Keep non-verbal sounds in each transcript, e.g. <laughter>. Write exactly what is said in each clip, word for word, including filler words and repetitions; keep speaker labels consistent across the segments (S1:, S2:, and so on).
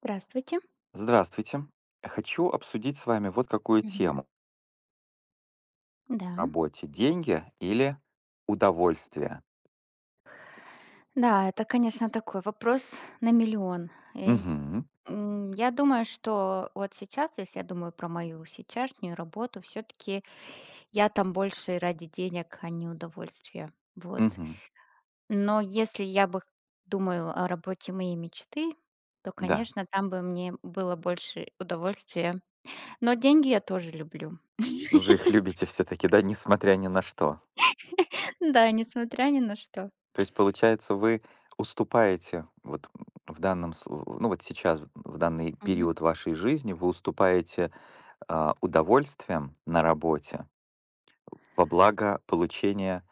S1: Здравствуйте.
S2: Здравствуйте. Хочу обсудить с вами вот какую
S1: Мгм.
S2: тему.
S1: Да.
S2: Работе деньги или удовольствие?
S1: Да, это, конечно, такой вопрос на миллион. Э,
S2: Мгм.
S1: м, я думаю, что вот сейчас, если я думаю про мою сейчасшнюю работу, все таки я там больше ради денег, а не удовольствия. Вот.
S2: Мгм.
S1: Но если я бы думаю о работе моей мечты, то,
S2: Да.
S1: конечно, там бы мне было больше удовольствия. Но деньги я тоже люблю.
S2: Вы их любите все-таки, да, несмотря ни на что.
S1: <laughs> Да, несмотря ни на что.
S2: То есть, получается, вы уступаете вот в данном, с- ну вот сейчас, в данный период вашей жизни, вы уступаете а, удовольствием на работе во благо получения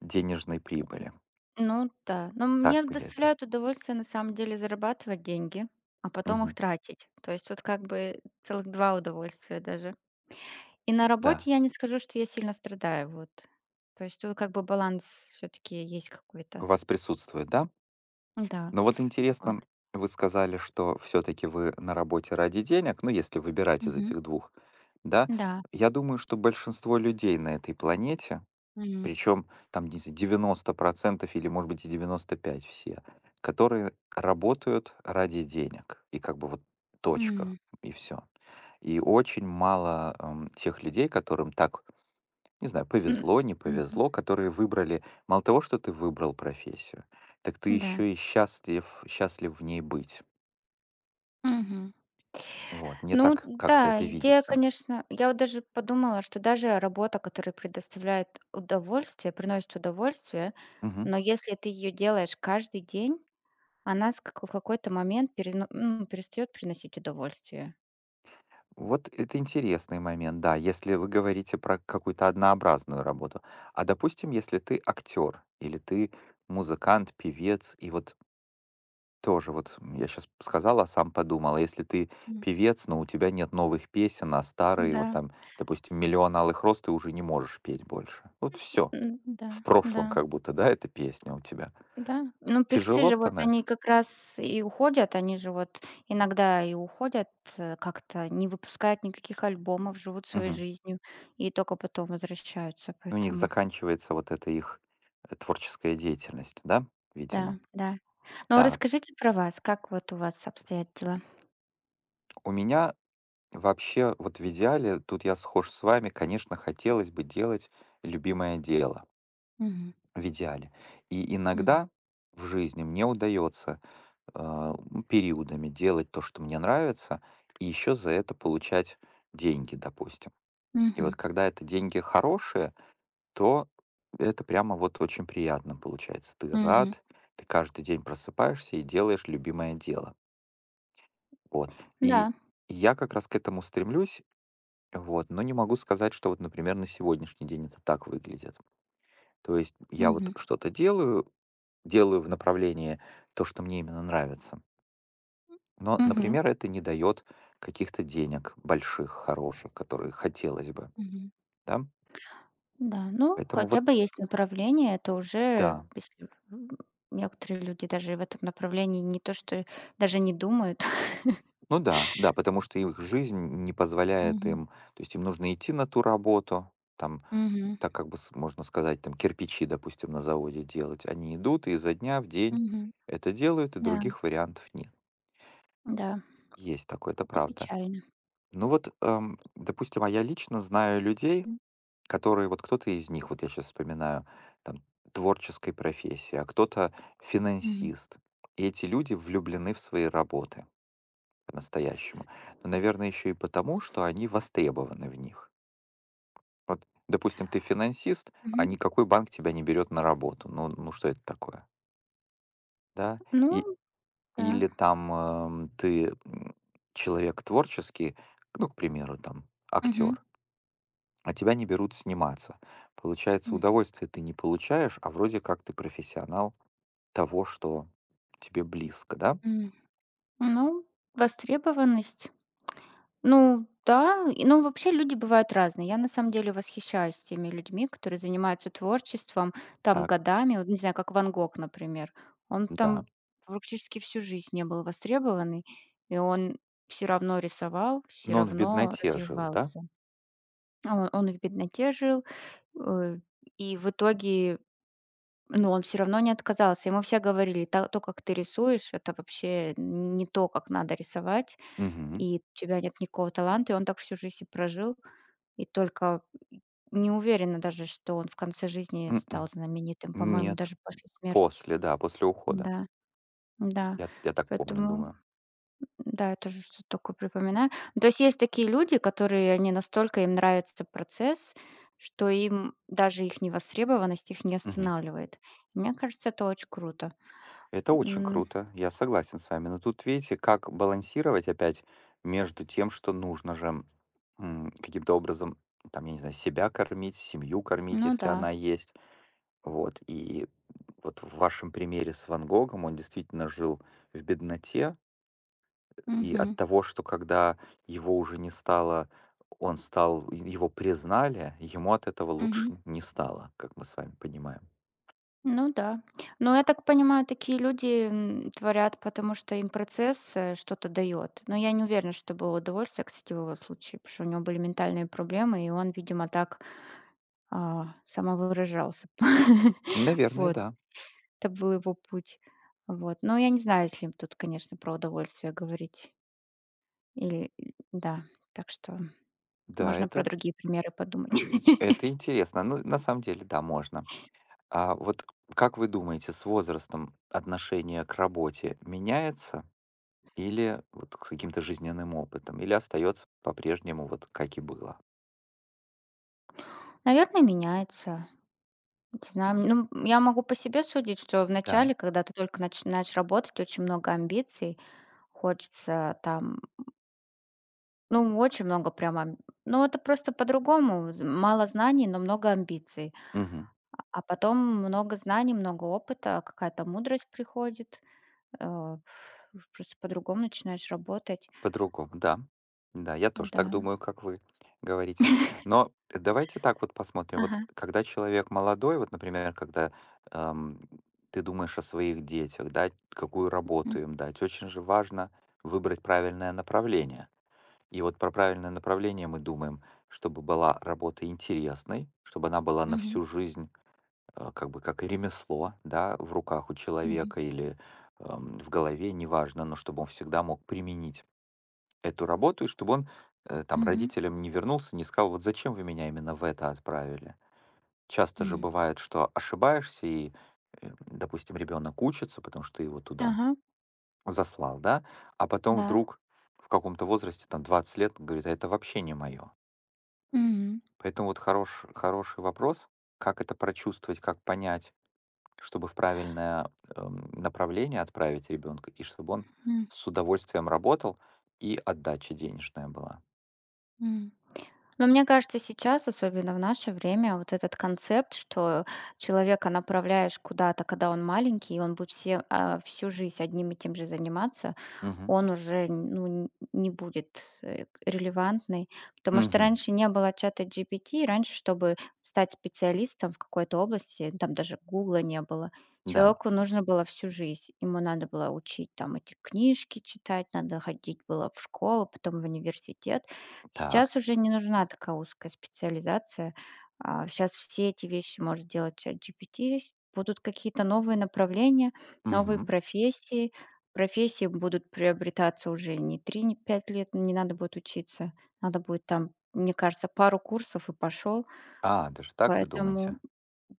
S2: денежной прибыли.
S1: Ну да. Но
S2: Так
S1: мне
S2: бы я это.
S1: доставляет удовольствие, на самом деле, зарабатывать деньги, а потом их
S2: Мгм.
S1: тратить. То есть тут как бы целых два удовольствия даже. И на работе
S2: Да.
S1: я не скажу, что я сильно страдаю, вот. То есть тут как бы баланс все таки есть какой-то.
S2: У вас присутствует, да?
S1: Да,
S2: Но вот
S1: вот.
S2: интересно, вы сказали, что все-таки вы на работе ради денег, ну, если выбирать из
S1: Мгм.
S2: этих двух, да?
S1: Да.
S2: Я думаю, что большинство людей на этой планете,
S1: М.
S2: причем там не знаю, девяносто процентов или, может быть, и девяносто пять все, которые работают ради денег. И как бы вот точка,
S1: М.
S2: и все. И очень мало эм, тех людей, которым так не знаю,
S1: М.
S2: повезло, не
S1: Мгм.
S2: повезло, которые выбрали, мало того, что ты выбрал профессию, так ты
S1: Да.
S2: еще и счастлив, счастлив в ней быть.
S1: Мгм.
S2: Вот, мне
S1: Ну
S2: так как-то
S1: да,
S2: это
S1: идея,
S2: видится.
S1: конечно. Я вот даже подумала, что даже работа, которая предоставляет удовольствие, приносит удовольствие,
S2: Мгм.
S1: но если ты ее делаешь каждый день, она с как в какой-то момент перено ну, перестает приносить удовольствие.
S2: Вот это интересный момент, да, если вы говорите про какую-то однообразную работу. А допустим, если ты актер или ты музыкант, певец, и вот тоже вот я сейчас сказала а сам подумал, а если ты
S1: Мгм.
S2: певец, но у тебя нет новых песен, а старые,
S1: Да,
S2: вот там, допустим, «Миллион алых роз» ты уже не можешь петь больше. Вот все.
S1: м, да,
S2: В
S1: да,
S2: прошлом как будто, да, эта песня у тебя.
S1: да. Ну, певцы
S2: Тяжело
S1: же вот они
S2: становится?
S1: как раз и уходят, они же вот иногда и уходят, э, как-то не выпускают никаких альбомов, живут своей
S2: Мгм.
S1: жизнью и только потом возвращаются,
S2: Ну, у них
S1: поэтому
S2: заканчивается вот эта их э, творческая деятельность, да,
S1: да,
S2: видимо.
S1: да. Но
S2: Так,
S1: расскажите про вас, как вот у вас обстоят дела?
S2: у меня вообще вот в идеале, тут я схож с вами, конечно, хотелось бы делать любимое дело
S1: Мгм,
S2: в идеале. И
S1: мгм,
S2: иногда в жизни мне удается а, м, периодами делать то, что мне нравится, и еще за это получать деньги, допустим. И
S1: мгм,
S2: вот когда это деньги хорошие, то это прямо вот очень приятно получается. Ты
S1: мгм.
S2: рад, ты каждый день просыпаешься и делаешь любимое дело. Вот. И
S1: Да,
S2: я как раз к этому стремлюсь, вот, но не могу сказать, что вот, например, на сегодняшний день это так выглядит. То есть я вот
S1: мгм,
S2: что-то делаю, делаю в направлении то, что мне именно нравится. Но,
S1: мгм,
S2: например, это не дает каких-то денег больших, хороших, которые хотелось бы,
S1: мгм.
S2: да.
S1: Да, ну,
S2: Поэтому
S1: хотя
S2: вот
S1: бы есть направление, это уже,
S2: да.
S1: если, м, некоторые люди даже и в этом направлении не то что даже не думают. <laughs>
S2: Ну да, да, потому что их жизнь не позволяет
S1: Мгм,
S2: им, то есть им нужно идти на ту работу, там,
S1: мгм,
S2: так как бы с- можно сказать, там кирпичи, допустим, на заводе делать. Они идут и изо дня в день
S1: мгм.
S2: это делают, и
S1: Да,
S2: других вариантов нет.
S1: да,
S2: Есть такое, это
S1: это
S2: правда.
S1: печально.
S2: Ну вот, эм, допустим, а я лично знаю людей,
S1: М,
S2: которые вот кто-то из них, вот я сейчас вспоминаю, там творческой профессии, а кто-то
S1: мгм,
S2: финансист. И эти люди влюблены в свои работы по-настоящему. Но, наверное, еще и потому, что они востребованы в них. Вот, допустим, ты финансист, а
S1: мгм.
S2: никакой банк тебя не берет на работу. Ну, ну, что это такое, да?
S1: Ну
S2: И,
S1: да,
S2: или там эм, ты м, человек творческий, ну, к примеру, там
S1: мгм,
S2: актер, а тебя не берут сниматься. Получается,
S1: мгм,
S2: удовольствие ты не получаешь, а вроде как ты профессионал того, что тебе близко, да?
S1: м. Ну, востребованность. Ну да, и ну вообще люди бывают разные. Я на самом деле восхищаюсь теми людьми, которые занимаются творчеством там
S2: Так,
S1: годами. Вот не знаю, как Ван Гог, например. Он
S2: да.
S1: там практически всю жизнь не был востребованный, и он все равно рисовал, все
S2: Но он в
S1: равно
S2: бедноте жил, да?
S1: развивался. А Он он и в бедноте жил, э, и в итоге, ну, он все равно не отказался. Ему все говорили: "Та то, как ты рисуешь, это вообще не то, как надо рисовать",
S2: Угу.
S1: и у тебя нет никакого таланта, и он так всю жизнь и прожил. И только не уверена даже, что он в конце жизни стал знаменитым, по-моему,
S2: Нет.
S1: даже после смерти.
S2: После, да, после ухода.
S1: Да, да.
S2: Я, я так помню,
S1: Поэтому,
S2: думаю.
S1: да, я тоже что-то такое припоминаю. Ну, то есть есть такие люди, которые, они настолько им нравится процесс, что им даже их невостребованность их не
S2: Мгм.
S1: останавливает. Мне кажется, это очень круто.
S2: Это очень
S1: М,
S2: круто, я согласен с вами. Но тут видите, как балансировать опять между тем, что нужно же м, каким-то образом, там, я не знаю, себя кормить, семью кормить,
S1: ну
S2: если
S1: да.
S2: она есть. Вот, и вот в вашем примере с Ван Гогом он действительно жил в бедноте, и от
S1: Мгм.
S2: того, что когда его уже не стало, он стал, и его признали, ему от этого
S1: Мгм.
S2: лучше не стало, как мы с вами понимаем.
S1: Ну да. Но я так понимаю, такие люди м, творят, потому что им процесс э, что-то дает. Но я не уверена, что было удовольствие, кстати, в его случае, потому что у него были ментальные проблемы, и он, видимо, так а, самовыражался. <laughs>
S2: Наверное,
S1: Вот.
S2: да.
S1: Это был его путь. Вот. Но я не знаю, если им тут, конечно, про удовольствие говорить. Или да. Так что
S2: Да,
S1: можно про
S2: это,
S1: другие примеры подумать.
S2: это
S1: <laughs>
S2: интересно. Ну, на самом деле, да, можно. А вот как вы думаете, с возрастом отношение к работе меняется или вот с каким-то жизненным опытом, или остается по-прежнему вот как и было?
S1: Наверное, меняется. Не знаю, м, ну, я могу по себе судить, что в
S2: Да.
S1: начале, когда ты только начинаешь работать, очень много амбиций, хочется там, ну, очень много прям, ам ну, это просто по-другому, з мало знаний, но много амбиций,
S2: Мгм.
S1: а потом много знаний, много опыта, какая-то мудрость приходит, э, просто по-другому начинаешь работать,
S2: По-другому, да. Да, я тоже так
S1: да.
S2: думаю, как вы говорите. Но давайте так вот посмотрим. Вот
S1: Ага,
S2: когда человек молодой, вот, например, когда ам, ты думаешь о своих детях, да, какую
S1: м,
S2: работу им дать, очень же важно выбрать правильное направление. И вот про правильное направление мы думаем, чтобы была работа интересной, чтобы она была на
S1: мгм,
S2: всю жизнь, э, как бы как и ремесло, да, в руках у
S1: мгм,
S2: человека или ам, в голове, неважно, но чтобы он всегда мог применить эту работу, и чтобы он э, там
S1: мгм,
S2: родителям не вернулся, не сказал, вот зачем вы меня именно в это отправили. Часто же
S1: м.
S2: бывает, что ошибаешься, и, э, допустим, ребенок учится, потому что ты его туда
S1: Ага,
S2: заслал, да, а потом
S1: да.
S2: вдруг в каком-то возрасте, там, двадцать лет, говорит, а это вообще не мое.
S1: Мгм,
S2: Поэтому вот хорош, хороший вопрос, как это прочувствовать, как понять, чтобы в правильное эм, направление отправить ребенка, и чтобы он
S1: м,
S2: с удовольствием работал, и отдача денежная была.
S1: м. Но мне кажется, сейчас, особенно в наше время, вот этот концепт, что человека направляешь куда-то, когда он маленький, и он будет все, а, всю жизнь одним и тем же заниматься,
S2: Мгм.
S1: он уже, ну, не будет, э, к релевантный. Потому что
S2: Мгм.
S1: раньше не было чата джи пи ти, раньше, чтобы стать специалистом в какой-то области, там даже "Гугла" не было,
S2: Да,
S1: человеку нужно было всю жизнь. Ему надо было учить там эти книжки читать, надо ходить было в школу, потом в университет.
S2: так.
S1: Сейчас уже не нужна такая узкая специализация. Сейчас все эти вещи может делать чат джи пи ти. С Будут какие-то новые направления, новые
S2: Мгм.
S1: профессии. Профессии будут приобретаться уже не три, не пять лет, не надо будет учиться. Надо будет там, мне кажется, пару курсов и пошел.
S2: А, даже так вы
S1: Поэтому,
S2: думаете?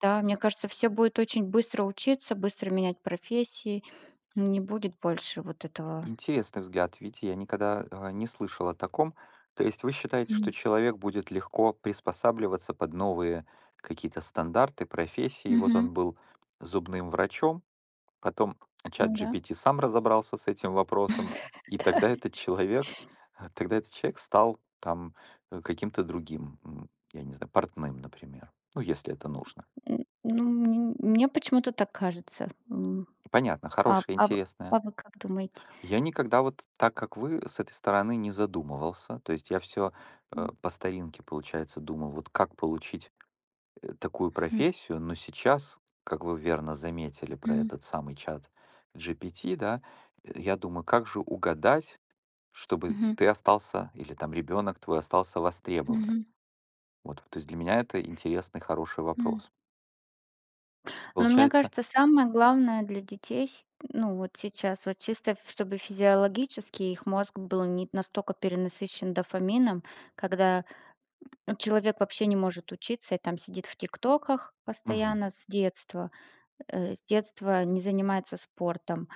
S1: да, мне кажется, все будет очень быстро учиться, быстро менять профессии. Не будет больше вот этого.
S2: Интересный взгляд, видите, я никогда э, не слышал о таком. То есть вы считаете, что
S1: М.
S2: человек будет легко приспосабливаться под новые какие-то стандарты, профессии. Вот
S1: Мгм.
S2: он был зубным врачом, потом
S1: Ну
S2: чат
S1: да.
S2: G P T сам разобрался с этим вопросом, и тогда этот человек, э, тогда этот человек стал там э, каким-то другим, м, я не знаю, портным, например. Ну, если это нужно.
S1: М, ну, мн мне почему-то так кажется. М.
S2: Понятно,
S1: А
S2: хорошая,
S1: а в
S2: интересная.
S1: а вы как думаете?
S2: Я никогда вот так, как вы, с этой стороны не задумывался. То есть я все
S1: М.
S2: по старинке, получается, думал, вот как получить э, такую
S1: Мгм.
S2: профессию, но сейчас, как вы верно заметили про
S1: М.
S2: этот самый чат G P T, да, э, я думаю, как же угадать, чтобы
S1: Мгм.
S2: ты остался, или там ребенок твой остался востребованным.
S1: Мгм.
S2: Вот, то есть для меня это интересный, хороший
S1: М.
S2: вопрос.
S1: Но мне
S2: Получается,
S1: кажется, самое главное для детей, с- ну вот сейчас, вот чисто ф- чтобы физиологически их мозг был не настолько перенасыщен дофамином, когда ну, человек вообще не может учиться и там сидит в тиктоках
S2: мгм,
S1: постоянно с детства, э, с детства не занимается спортом,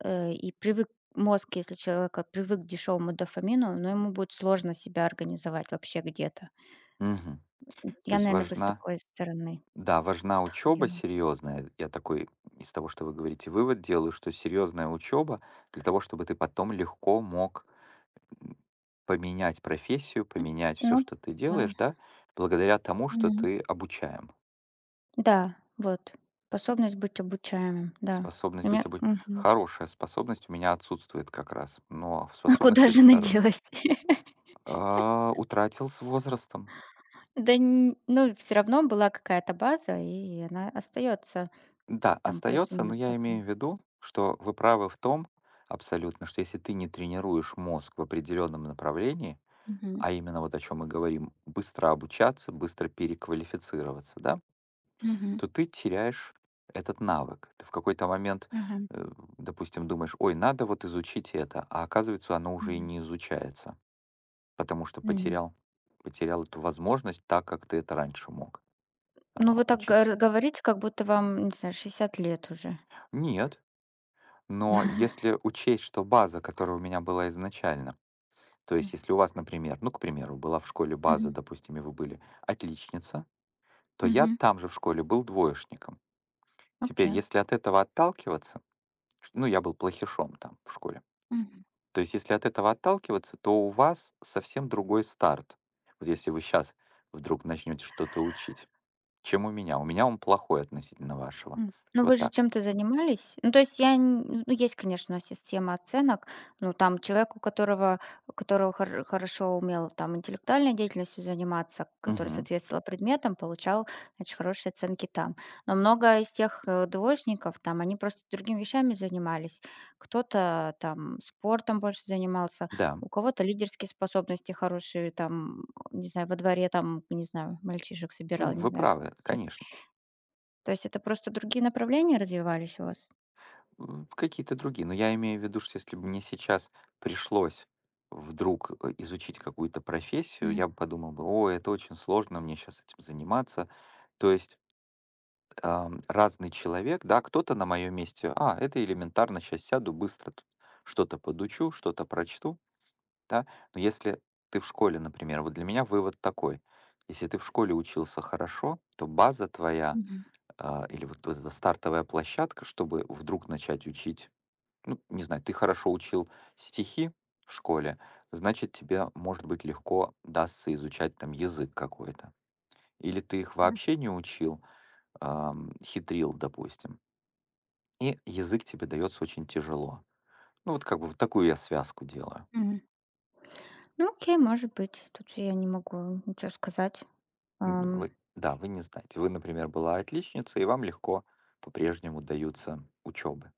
S1: э, и привык мозг, если человек привык к дешевому дофамину, но ему будет сложно себя организовать вообще где-то.
S2: мгм. То
S1: Я,
S2: есть
S1: наверное, бы с
S2: важна.
S1: такой стороны
S2: Да, важна учеба
S1: подходила.
S2: серьезная. Я такой из того, что вы говорите, вывод делаю, что серьезная учеба для того, чтобы ты потом легко мог м, поменять профессию,
S1: М.
S2: поменять все,
S1: Ну,
S2: что ты
S1: да.
S2: делаешь, да, благодаря тому, что ты обучаем.
S1: Да, вот. Способность быть обучаемым, да.
S2: Способность
S1: У
S2: быть
S1: меня
S2: обу...
S1: мгм. <laughs>
S2: Хорошая способность у меня отсутствует как раз, но
S1: А куда
S2: способность
S1: же
S2: очень
S1: она
S2: хорошая.
S1: делась? <laughs>
S2: А, утратил с возрастом.
S1: Да, н ну, все равно была какая-то база, и она остается
S2: Да,
S1: там
S2: остается, но
S1: плюс-минус
S2: я
S1: потом.
S2: имею в виду, что вы правы в том, абсолютно, что если ты не тренируешь мозг в определенном направлении,
S1: Мгм.
S2: а именно вот о чем мы говорим, быстро обучаться, быстро переквалифицироваться, да,
S1: Мгм.
S2: то ты теряешь этот навык. Ты в какой-то момент,
S1: Ага.
S2: э, допустим, думаешь, ой, надо вот изучить это, а оказывается, оно уже и
S1: Мгм.
S2: не изучается, потому что
S1: М.
S2: потерял, потерял эту возможность так, как ты это раньше мог
S1: Ну,
S2: а,
S1: вы так
S2: учиться.
S1: гор говорите, как будто вам, не знаю, шестьдесят лет уже.
S2: Нет, но
S1: <laughs>
S2: если учесть, что база, которая у меня была изначально, то
S1: М.
S2: есть если у вас, например, ну, к примеру, была в школе база,
S1: Мгм.
S2: допустим, и вы были отличница, то я
S1: Мгм.
S2: там же в школе был двоечником. Теперь,
S1: Окей.
S2: если от этого отталкиваться, ш- ну, я был плохишом там в школе.
S1: Мгм.
S2: То есть, если от этого отталкиваться, то у вас совсем другой старт. Вот если вы сейчас вдруг начнете что-то учить, чем у меня. У меня он плохой относительно вашего.
S1: М. Ну, вы
S2: Вот
S1: же
S2: так.
S1: чем-то занимались? Ну, то есть я н ну, есть, конечно, система оценок, но там человек, у которого которого хор хорошо умел там интеллектуальной деятельностью заниматься, который
S2: Мгм.
S1: соответствовал предметам, получал, значит, хорошие оценки там. Но много из тех, э, двоечников, там, они просто другими вещами занимались. Кто-то там спортом больше занимался,
S2: Да,
S1: у кого-то лидерские способности хорошие, там, не знаю, во дворе там, не знаю, мальчишек собирал,
S2: М,
S1: не
S2: вы
S1: знаю,
S2: правы,
S1: с чем.
S2: конечно.
S1: То есть это просто другие направления развивались у вас?
S2: М, какие-то другие. Но я имею в виду, что если бы мне сейчас пришлось вдруг э, изучить какую-то профессию,
S1: Мгм,
S2: я бы подумал бы, о, это очень сложно, мне сейчас этим заниматься. То есть ам, разный человек, да, кто-то на моем месте, а, это элементарно, сейчас сяду, быстро тут что-то подучу, что-то прочту, да. Но если ты в школе, например, вот для меня вывод такой, если ты в школе учился хорошо, то база твоя
S1: мгм,
S2: а, или вот эта стартовая площадка, чтобы вдруг начать учить ну, не знаю, ты хорошо учил стихи в школе, значит, тебе, может быть, легко дастся изучать там язык какой-то. Или ты их
S1: м,
S2: вообще не учил, ам, хитрил, допустим, и язык тебе дается очень тяжело. Ну, вот как бы вот такую я связку делаю.
S1: мгм. Ну, окей, может быть. Тут я не могу ничего сказать.
S2: М,
S1: Ам.
S2: вы- да, вы не знаете. Вы, например, была отличница, и вам легко по-прежнему даются учебы.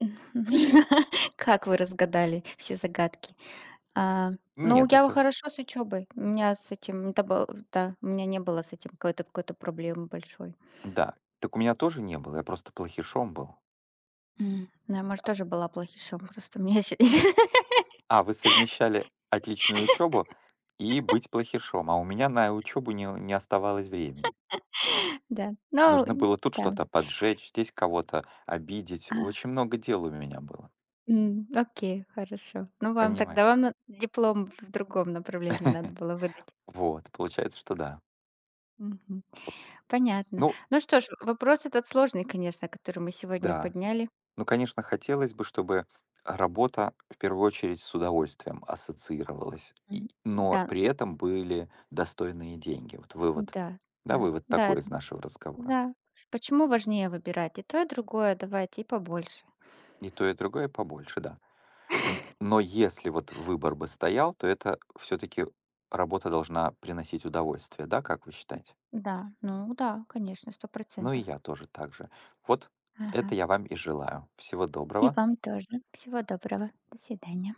S1: <laughs> Как вы разгадали все загадки? А, ну,
S2: Нет,
S1: я
S2: это...
S1: хорошо с учебой. У меня с этим, это был, да, у меня не было с этим какой-то какой-то проблемы большой.
S2: Да. Так у меня тоже не было, я просто плохишом был.
S1: М. Ну, я, может, тоже была плохишом, просто мне еще... <laughs>
S2: А, вы совмещали отличную учебу и быть плохишом, а у меня на учебу не, не оставалось времени.
S1: Да, ну,
S2: Нужно было тут
S1: там.
S2: что-то поджечь, здесь кого-то обидеть. Очень много дел у меня было,
S1: М, окей, хорошо. Ну, вам тогда
S2: понимаете?
S1: вам на диплом в другом направлении надо
S2: <laughs>
S1: было выдать.
S2: Вот, получается, что да.
S1: Мгм. Понятно.
S2: Ну,
S1: Ну что ж, вопрос этот сложный, конечно, который мы сегодня
S2: да.
S1: подняли.
S2: Ну, конечно, хотелось бы, чтобы работа в первую очередь с удовольствием ассоциировалась, и-
S1: Мгм.
S2: но
S1: Да,
S2: при этом были достойные деньги. Вот вывод,
S1: да,
S2: да,
S1: да,
S2: вывод
S1: да,
S2: такой из нашего разговора.
S1: да. Почему важнее выбирать и то, и другое? Давайте и побольше.
S2: И то, и другое побольше, да. М, но если вот выбор бы стоял, то это все таки работа должна приносить удовольствие, да, как вы считаете?
S1: Да, ну да, конечно,
S2: Ну и
S1: сто процентов.
S2: я тоже так же. Вот
S1: Ага.
S2: это я вам и желаю. Всего
S1: И
S2: доброго.
S1: вам тоже. Всего доброго. До свидания.